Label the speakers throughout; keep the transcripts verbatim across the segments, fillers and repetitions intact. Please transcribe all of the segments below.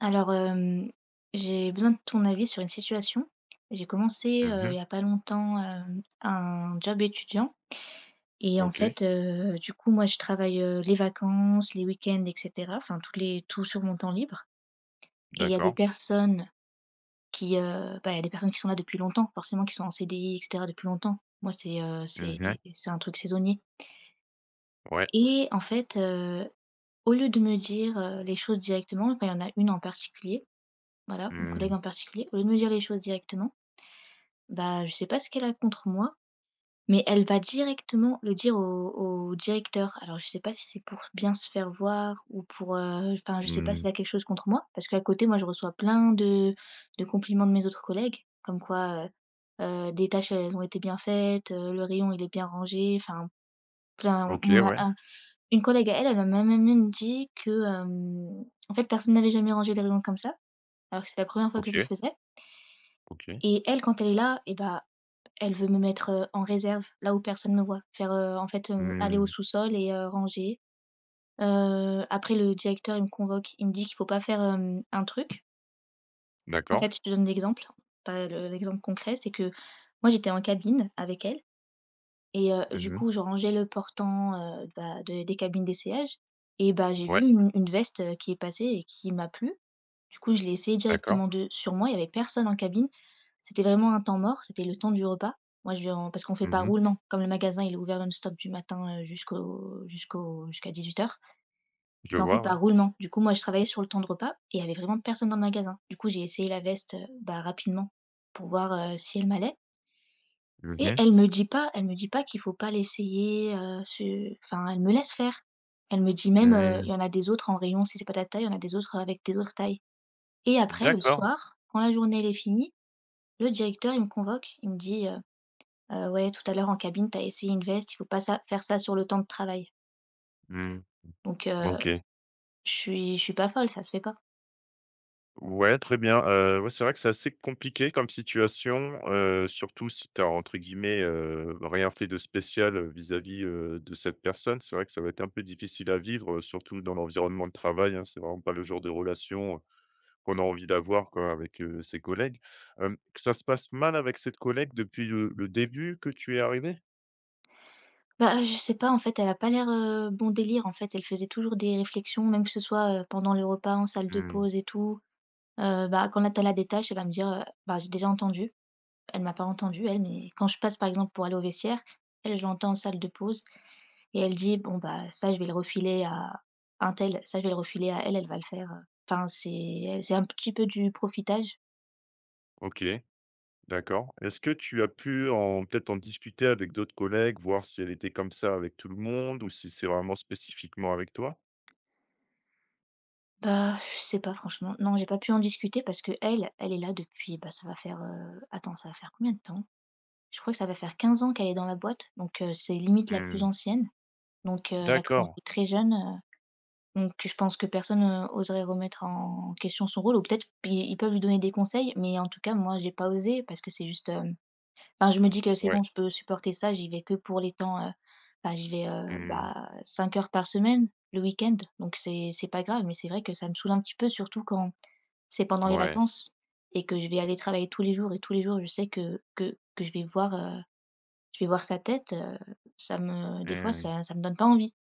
Speaker 1: Alors, hem, j'ai besoin de ton avis sur une situation. J'ai commencé, heu, il
Speaker 2: Mmh.
Speaker 1: y a pas longtemps, hem, un job étudiant et en
Speaker 2: OK,
Speaker 1: fait, heu, du coup, moi, je travaille, heu, les vacances, les week-ends et cetera, enfin, toutes les tout sur mon temps libre et il y a des
Speaker 2: d'accord.
Speaker 1: personnes qui, heu, bah, il y a des personnes qui sont là depuis longtemps, forcément, qui sont en C D I et cetera depuis longtemps. Moi, c'est, heu, c'est
Speaker 2: Mmh.
Speaker 1: c'est un truc saisonnier
Speaker 2: Ouais.
Speaker 1: et en fait, heu, au lieu de me dire, heu, les choses directement, enfin, il y en a une en particulier, voilà, une collègue
Speaker 2: Mmh.
Speaker 1: en particulier, au lieu de me dire les choses directement. Bah, je sais pas ce qu'elle a contre moi, mais elle va directement le dire au au directeur. Alors je sais pas si c'est pour bien se faire voir ou pour, heu, enfin je sais pas
Speaker 2: Mmh.
Speaker 1: s'il a quelque chose contre moi, parce qu'à côté moi je reçois plein de de compliments de mes autres collègues, comme quoi, heu heu, des tâches elles ont été bien faites, heu, le rayon il est bien rangé, enfin plein on
Speaker 2: OK,
Speaker 1: m'a
Speaker 2: ouais.
Speaker 1: un une collègue à elle, elle m'a même dit que, hem, en fait personne n'avait jamais rangé les rayons comme ça, alors que c'est la première fois que je le
Speaker 2: OK,
Speaker 1: faisais.
Speaker 2: OK.
Speaker 1: Et elle quand elle est là et bah elle veut me mettre, heu, en réserve, là où personne ne me voit. Faire, heu, en fait, heu, aller au
Speaker 2: Mmh.
Speaker 1: sous-sol et heu, ranger. Heu, après le directeur, il me convoque, il me dit qu'il faut pas faire, hem, un truc. En
Speaker 2: D'accord.
Speaker 1: fait, je te donne l'exemple, pas le l'exemple concret, c'est que moi, j'étais en cabine avec elle et heu, du
Speaker 2: Mmh.
Speaker 1: coup, je rangeais le portant, heu, bah, de des cabines d'essayage et bah, j'ai vu
Speaker 2: Ouais,
Speaker 1: une une veste, heu, qui est passée et qui m'a plu. Du coup, je l'ai essayée
Speaker 2: d'accord.
Speaker 1: directement de sur moi, il y avait personne en cabine. C'était vraiment un temps mort, c'était le temps du repas. Moi, je viens parce qu'on fait pas
Speaker 2: Mmh.
Speaker 1: roulement, comme le magasin, il est ouvert non-stop du matin, heu, jusqu'au jusqu'au jusqu'à dix-huit heures.
Speaker 2: Je
Speaker 1: Mais on fait
Speaker 2: vois,
Speaker 1: pas
Speaker 2: ouais.
Speaker 1: roulement. Du coup, moi, je travaillais sur le temps de repas et il y avait vraiment personne dans le magasin. Du coup, j'ai essayé la veste, heu, bah, rapidement pour voir, heu, si elle m'allait
Speaker 2: Mmh
Speaker 1: et
Speaker 2: mh.
Speaker 1: elle me dit pas elle me dit pas qu'il faut pas l'essayer, heu, ce enfin, elle me laisse faire. Elle me dit même, heu: «Il
Speaker 2: Mmh.
Speaker 1: y en a des autres en rayon, si c'est pas ta taille, il y en a des autres avec des autres tailles» et après le
Speaker 2: D'accord.
Speaker 1: soir, quand la journée elle est finie, le directeur il me convoque, il me dit, heu: «Heu, ouais, tout à l'heure en cabine, t'as essayé une veste, il faut pas ça faire ça sur le temps de travail».
Speaker 2: Mmh.
Speaker 1: Donc heu,
Speaker 2: OK.
Speaker 1: je suis je suis pas folle, ça se fait pas.
Speaker 2: Ouais, très bien. Heu, ouais, c'est vrai que c'est assez compliqué comme situation, heu, surtout si tu as entre guillemets, heu, rien fait de spécial, heu, vis-à-vis, heu, de cette personne. C'est vrai que ça va être un peu difficile à vivre, heu, surtout dans l'environnement de travail, hein. C'est vraiment pas le genre de relation qu'on a envie d'avoir quoi avec, heu, ses collègues. Hem, que ça se passe mal avec cette collègue depuis le le début que tu es arrivé.
Speaker 1: Bah, je sais pas en fait, elle a pas l'air, heu, bon délire en fait, elle faisait toujours des réflexions, même que ce soit, heu, pendant les repas, en salle de
Speaker 2: Mmh,
Speaker 1: pause et tout. Heu, bah, quand elle a as la détâche, elle va me dire, heu: «Bah, j'ai déjà entendu». Elle m'a pas entendue elle, mais quand je passe par exemple pour aller au vestiaire, elle, je l'entends en salle de pause et elle dit: «Bon, bah, ça je vais le refiler à un tel. Ça je vais le refiler à elle, elle va le faire», enfin c'est c'est un petit peu du profitage.
Speaker 2: OK, d'accord. Est-ce que tu as pu en peut-être en discuter avec d'autres collègues, voir si elle était comme ça avec tout le monde ou si c'est vraiment spécifiquement avec toi?
Speaker 1: Bah, je sais pas franchement. Non, j'ai pas pu en discuter parce que elle elle est là depuis, bah, ça va faire, heu, attends, ça va faire combien de temps? Je crois que ça va faire quinze ans qu'elle est dans la boîte, donc heu, c'est limite la plus
Speaker 2: Mmh,
Speaker 1: ancienne, donc heu, elle a commencé
Speaker 2: d'accord.
Speaker 1: très jeune, euh, Donc je pense que personne, heu, oserait remettre en question son rôle ou peut-être ils ils peuvent lui donner des conseils, mais en tout cas moi j'ai pas osé parce que c'est juste, hem, enfin je me dis que c'est
Speaker 2: Ouais.
Speaker 1: bon je peux supporter ça, j'y vais que pour les temps, heu, bah j'y vais, heu,
Speaker 2: Mmh,
Speaker 1: bah 5 heures par semaine le week-end donc c'est c'est pas grave. Mais c'est vrai que ça me saoule un petit peu surtout quand c'est pendant les
Speaker 2: mouais.
Speaker 1: vacances et que je vais aller travailler tous les jours et tous les jours je sais que que que je vais voir, heu, je vais voir sa tête, heu, ça me des fois
Speaker 2: Mmh.
Speaker 1: ça ça me donne pas envie.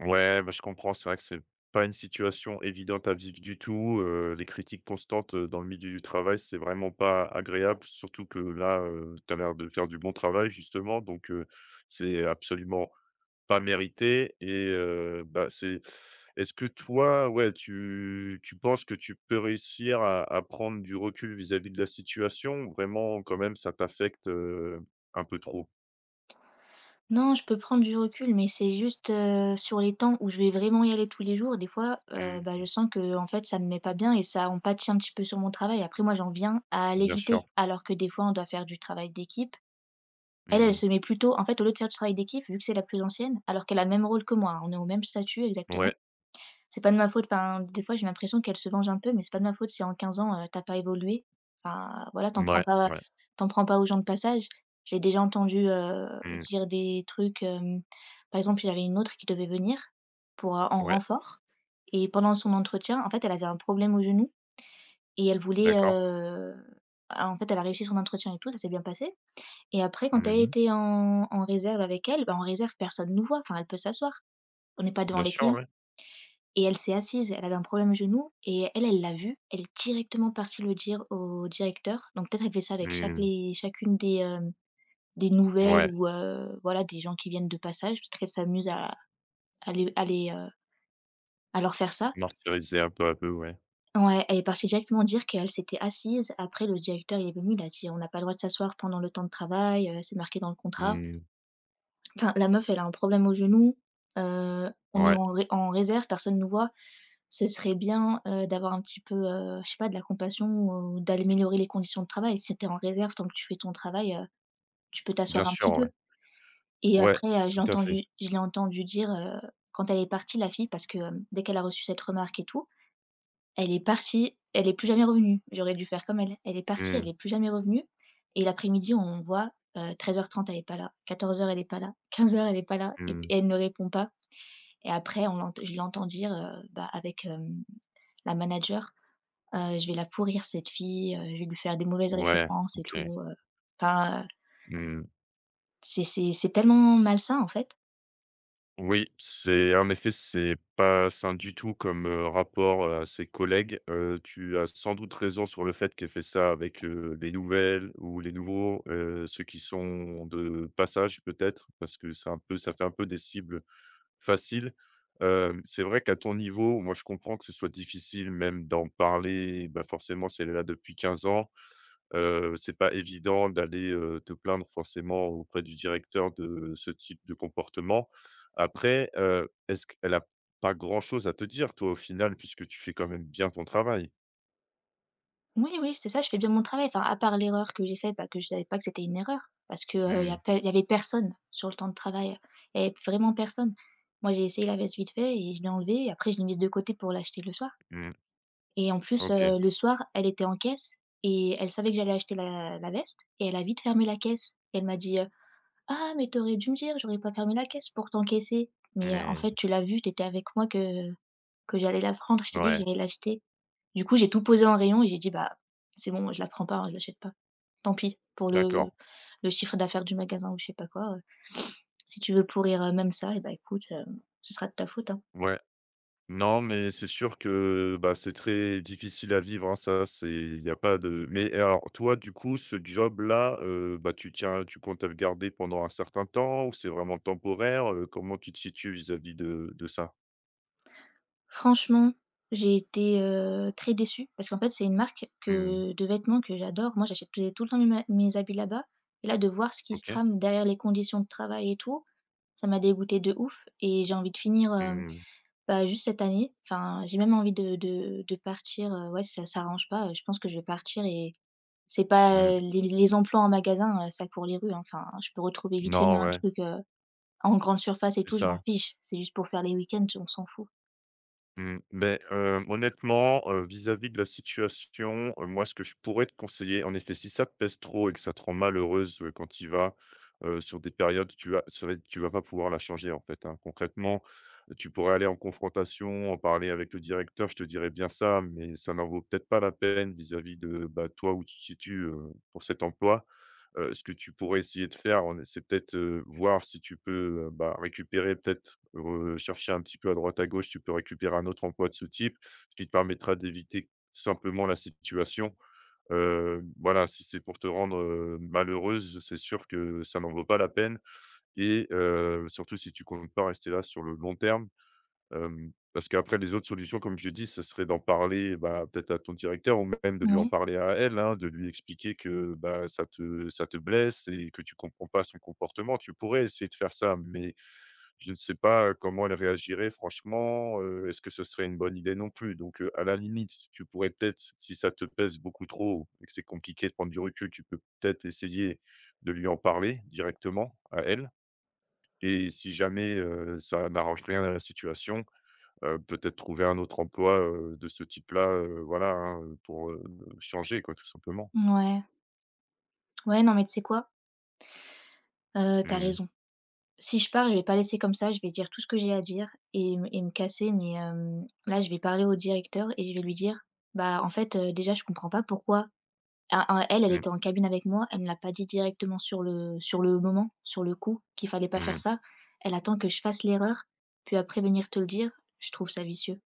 Speaker 2: Ouais, bah, je comprends. C'est vrai que c'est pas une situation évidente à vivre du tout. Euh, les critiques constantes euh, dans le milieu du travail, c'est vraiment pas agréable. Surtout que là, tu as l'air de faire du bon travail, justement. Donc, euh, c'est absolument pas mérité. Et euh, bah, c'est. Est-ce que toi, ouais, tu, tu penses que tu peux réussir à, à prendre du recul vis-à-vis de la situation ou vraiment, quand même, ça t'affecte euh, un peu trop?
Speaker 1: Non, je peux prendre du recul, mais c'est juste, heu, sur les temps où je vais vraiment y aller tous les jours, des fois, heu, bah,
Speaker 2: Mm,
Speaker 1: je sens que en fait, ça me met pas bien et ça en pâtit un petit peu sur mon travail. Après moi, j'en viens à
Speaker 2: bien
Speaker 1: l'éviter,
Speaker 2: sûr.
Speaker 1: alors que des fois, on doit faire du travail d'équipe. Elle, elle
Speaker 2: Mm,
Speaker 1: se met plutôt en fait, au lieu de faire du travail d'équipe, vu que c'est la plus ancienne, alors qu'elle a le même rôle que moi, hein, on est au même statut exactement,
Speaker 2: ouais,
Speaker 1: c'est pas de ma faute, enfin, des fois, j'ai l'impression qu'elle se venge un peu, mais c'est pas de ma faute si en quinze ans, heu, tu pas évolué. Enfin, voilà, t'en prends
Speaker 2: ouais,
Speaker 1: pas
Speaker 2: ouais.
Speaker 1: t'en prends pas aux gens de passage. J'ai déjà entendu, heu,
Speaker 2: Mm,
Speaker 1: dire des trucs, hem, par exemple, il y avait une autre qui devait venir pour, heu, en
Speaker 2: ouais.
Speaker 1: renfort et pendant son entretien, en fait, elle avait un problème au genou et elle voulait,
Speaker 2: D'accord.
Speaker 1: heu, en fait, elle a réussi son entretien et tout, ça s'est bien passé et après quand elle
Speaker 2: Mmh.
Speaker 1: était en en réserve avec elle, bah, en réserve, personne nous voit, enfin, elle peut s'asseoir. On n'est pas devant
Speaker 2: Bien
Speaker 1: les
Speaker 2: sûr,
Speaker 1: clients.
Speaker 2: ouais.
Speaker 1: Et elle s'est assise, elle avait un problème au genou et elle, elle l'a vu, elle est directement partie le dire au directeur. Donc peut-être elle fait ça avec chaque
Speaker 2: Mmh.
Speaker 1: les chacune des, hem, des nouvelles
Speaker 2: Ouais,
Speaker 1: ou heu, voilà, des gens qui viennent de passage, peut-être qu'elle s'amuse à à les à les, heu, à leur faire ça.
Speaker 2: martyriser un peu à peu, ouais.
Speaker 1: Ouais, elle est partie directement dire qu'elle s'était assise. Après le directeur, il est venu, il a dit: «On n'a pas le droit de s'asseoir pendant le temps de travail, heu, c'est marqué dans le contrat».
Speaker 2: Mmh.
Speaker 1: Enfin, la meuf, elle a un problème au genou, heu, on est
Speaker 2: Ouais,
Speaker 1: en ré en réserve, personne ne nous voit. Ce serait bien, heu, d'avoir un petit peu, heu, je sais pas, de la compassion ou d'améliorer les conditions de travail. Si t'es en réserve, tant que tu fais ton travail, heu, tu peux
Speaker 2: bien
Speaker 1: t'asseoir un
Speaker 2: sûr,
Speaker 1: petit
Speaker 2: ouais.
Speaker 1: peu et
Speaker 2: Ouais,
Speaker 1: après, heu, je l'ai
Speaker 2: tout à fait.
Speaker 1: entendu je l'ai entendu dire, heu, quand elle est partie la fille parce que, hem, dès qu'elle a reçu cette remarque et tout, elle est partie, elle est plus jamais revenue. J'aurais dû faire comme elle. Elle est partie, elle
Speaker 2: Mmh.
Speaker 1: est plus jamais revenue et l'après-midi, on voit, euh, treize heures trente elle est pas là, quatorze heures elle est pas là, quinze heures elle est pas là et
Speaker 2: Mmh.
Speaker 1: et elle ne répond pas et après on l'ent je l'entends dire, heu, bah, avec, hem, la manager. Heu, je vais la pourrir cette fille, heu, je vais lui faire des mauvaises
Speaker 2: Ouais,
Speaker 1: références et
Speaker 2: OK.
Speaker 1: tout, heu, enfin, heu,
Speaker 2: Mmh.
Speaker 1: c'est c'est c'est tellement malsain en fait.
Speaker 2: Oui, c'est en effet, c'est pas sain du tout comme, heu, rapport, heu, à ses collègues. Heu, tu as sans doute raison sur le fait qu'elle fait ça avec, heu, les nouvelles ou les nouveaux, heu, ceux qui sont de passage peut-être, parce que c'est un peu ça fait un peu des cibles facile. Hem, c'est vrai qu'à ton niveau, moi, je comprends que ce soit difficile même d'en parler, bah, forcément, c'est là depuis quinze ans, heu, c'est pas évident d'aller, heu, te plaindre forcément auprès du directeur de ce type de comportement. Après, heu, est-ce qu'elle a pas grand-chose à te dire, toi, au final, puisque tu fais quand même bien ton travail?
Speaker 1: Oui, oui, c'est ça, je fais bien mon travail, enfin, à part l'erreur que j'ai faite, bah, que je savais pas que c'était une erreur parce que, heu, il y a
Speaker 2: Mmh,
Speaker 1: pas y avait personne sur le temps de travail. Il y avait vraiment personne. Moi, j'ai essayé la veste vite fait et je l'ai enlevée et après je l'ai mise de côté pour l'acheter le soir
Speaker 2: mmh,
Speaker 1: et en plus, heu,
Speaker 2: OK.
Speaker 1: le soir, elle était en caisse et elle savait que j'allais acheter la la veste et elle a vite fermé la caisse et elle m'a dit, euh, «Ah mais t'aurais dû me dire, j'aurais pas fermé la caisse pour t'encaisser». Mais, heu, en fait,
Speaker 2: Mmh,
Speaker 1: tu l'as vu, t'étais avec moi que que j'allais la prendre, je t'ai dit que
Speaker 2: ouais,
Speaker 1: j'allais l'acheter. Du coup, j'ai tout posé en rayon et j'ai dit: «Bah, c'est bon, je la prends pas, hein, je l'achète pas. Tant pis pour le
Speaker 2: d'accord.
Speaker 1: le chiffre d'affaires du magasin» ou je sais pas quoi, heu. Si tu veux pourrir, heu, même ça et bah, écoute, heu, ce sera de ta faute, hein.
Speaker 2: Ouais. Non, mais c'est sûr que, bah, c'est très difficile à vivre, hein, ça, c'est il n'y a pas de mais alors toi, du coup, ce job-là, heu, bah, tu tiens tu comptes le garder pendant un certain temps ou c'est vraiment temporaire? Heu, comment tu te situes vis-à-vis de de ça?
Speaker 1: Franchement, j'ai été, heu, très déçue parce qu'en fait, c'est une marque
Speaker 2: Mmh,
Speaker 1: que de vêtements que j'adore. Moi, j'achète tout tout le temps mes ma mes habits là-bas et là, de voir ce qui se
Speaker 2: OK.
Speaker 1: trame derrière les conditions de travail et tout, ça m'a dégoûté de ouf et j'ai envie de finir, hem,
Speaker 2: Mmh,
Speaker 1: bah, juste cette année. Enfin, j'ai même envie de de de partir, heu, ouais, si ça s'arrange pas, heu, je pense que je vais partir et c'est pas
Speaker 2: mmh.
Speaker 1: euh, les les emplois en magasin, heu, ça court les rues, hein. Enfin, je peux retrouver vite fait
Speaker 2: Non,
Speaker 1: même un
Speaker 2: ouais,
Speaker 1: truc, heu en grande surface et
Speaker 2: c'est
Speaker 1: tout, je m'en
Speaker 2: ça.
Speaker 1: fiche, c'est juste pour faire les week-ends, on s'en fout.
Speaker 2: Mmh, beh, heu, honnêtement, heu, vis-à-vis de la situation, heu, moi, ce que je pourrais te conseiller, en effet, si ça te pèse trop et que ça te rend malheureuse, heu, quand tu y vas, heu, sur des périodes, tu vas ça va être tu vas pas pouvoir la changer, en fait, hein. Concrètement, tu pourrais aller en confrontation, en parler avec le directeur, je te dirais bien ça, mais ça n'en vaut peut-être pas la peine vis-à-vis de, bah, toi, où tu te situes, heu, pour cet emploi. Heu, ce que tu pourrais essayer de faire, en c'est peut-être, heu, voir si tu peux, heu, bah, récupérer peut-être, heu, chercher un petit peu à droite à gauche, tu peux récupérer un autre emploi de ce type, ce qui te permettra d'éviter simplement la situation. Heu, voilà, si c'est pour te rendre, heu, malheureuse, c'est sûr que ça n'en vaut pas la peine et heu, surtout si tu comptes pas rester là sur le long terme. Hem, parce qu'après les autres solutions, comme je dis, ce serait d'en parler, bah, peut-être à ton directeur ou même de lui en
Speaker 1: Ouais,
Speaker 2: parler à elle, hein, de lui expliquer que, bah, ça te ça te blesse et que tu comprends pas son comportement. Tu pourrais essayer de faire ça, mais je ne sais pas comment elle réagirait franchement, heu, est-ce que ce serait une bonne idée non plus? Donc, heu, à la limite, tu pourrais peut-être, si ça te pèse beaucoup trop et que c'est compliqué de prendre du recul, tu peux peut-être essayer de lui en parler directement à elle et si jamais, heu, ça n'arrange rien à la situation. Heu, peut-être trouver un autre emploi, heu, de ce type-là, heu, voilà, hein, heu, pour, heu, changer quoi, tout simplement.
Speaker 1: ouais, ouais, non, mais tu sais quoi? Heu, tu
Speaker 2: Mmh
Speaker 1: raison. Si je pars, je vais pas laisser comme ça, je vais dire tout ce que j'ai à dire et me et me casser, mais hem, là, je vais parler au directeur et je vais lui dire: «Bah, en fait, heu, déjà, je comprends pas pourquoi». Ah, ah, elle, elle
Speaker 2: mh.
Speaker 1: était en cabine avec moi, elle me l'a pas dit directement sur le sur le moment, sur le coup, qu'il fallait pas faire
Speaker 2: Mmh.
Speaker 1: ça. Elle attend que je fasse l'erreur, puis après venir te le dire. Je trouve ça vicieux,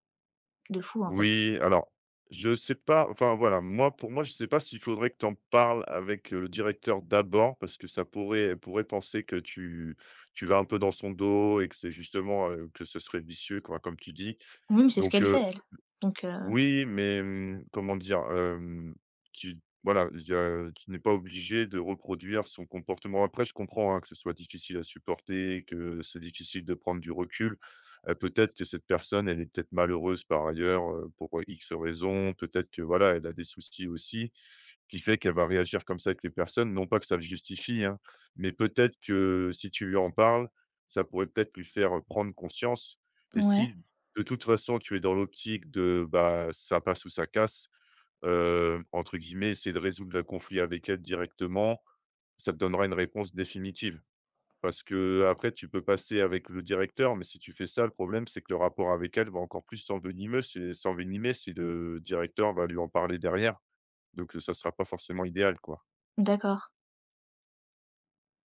Speaker 1: de fou, en fait.
Speaker 2: Oui, alors, je sais pas, enfin voilà, moi, pour moi, je sais pas s'il faudrait que tu en parles avec, heu, le directeur d'abord parce que ça pourrait elle pourrait penser que tu tu vas un peu dans son dos et que c'est justement, heu, que ce serait vicieux quoi, comme tu dis.
Speaker 1: Oui, mais c'est ce
Speaker 2: Donc
Speaker 1: qu'elle
Speaker 2: euh,
Speaker 1: fait, elle. Donc heu,
Speaker 2: oui, mais mmh, comment dire? Hem, tu Voilà, il y a tu n'es pas obligé de reproduire son comportement. Après, je comprends, hein, que ce soit difficile à supporter, que c'est difficile de prendre du recul. Heu, peut-être que cette personne, elle est peut-être malheureuse par ailleurs, heu, pour X raisons. Peut-être que voilà, elle a des soucis aussi qui fait qu'elle va réagir comme ça avec les personnes. Non pas que ça le justifie, hein, mais peut-être que si tu lui en parles, ça pourrait peut-être lui faire, prendre conscience et
Speaker 1: ouais,
Speaker 2: si de toute façon tu es dans l'optique de, bah, ça passe ou ça casse, heu, entre guillemets, c'est de résoudre le conflit avec elle directement, ça te donnera une réponse définitive. Parce que après, tu peux passer avec le directeur, mais si tu fais ça, le problème c'est que le rapport avec elle va encore plus s'envenimer c'est s'envenimer si le directeur va lui en parler derrière, donc, heu, ça ne sera pas forcément idéal, quoi.
Speaker 1: d'accord.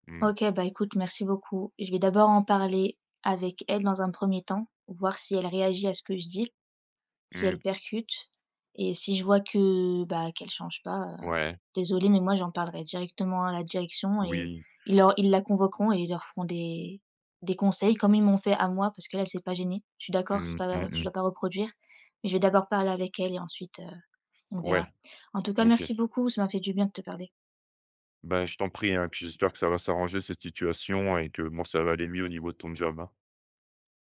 Speaker 2: Mmh.
Speaker 1: OK, bah, écoute, merci beaucoup. Je vais d'abord en parler avec elle dans un premier temps, voir si elle réagit à ce que je dis. Si elle
Speaker 2: Mmh.
Speaker 1: percute et si je vois que, bah, qu'elle change pas, heu,
Speaker 2: Ouais.
Speaker 1: désolée, mais moi j'en parlerai directement à la direction et
Speaker 2: Oui.
Speaker 1: ils leur ils la convoqueront et ils leur feront des des conseils comme ils m'ont fait à moi parce qu'elle, elle s'est pas gênée. Je suis d'accord, c'est
Speaker 2: Mmh. Mmh
Speaker 1: pas je
Speaker 2: mh.
Speaker 1: dois pas reproduire, mais je vais d'abord parler avec elle et ensuite, heu, on
Speaker 2: Ouais.
Speaker 1: verra. En tout cas,
Speaker 2: OK.
Speaker 1: merci beaucoup, ça m'a fait du bien de te parler.
Speaker 2: Bah, je t'en prie, hein, puis j'espère que ça va s'arranger cette situation et que, bon, ça va aller mieux au niveau de ton job, hein.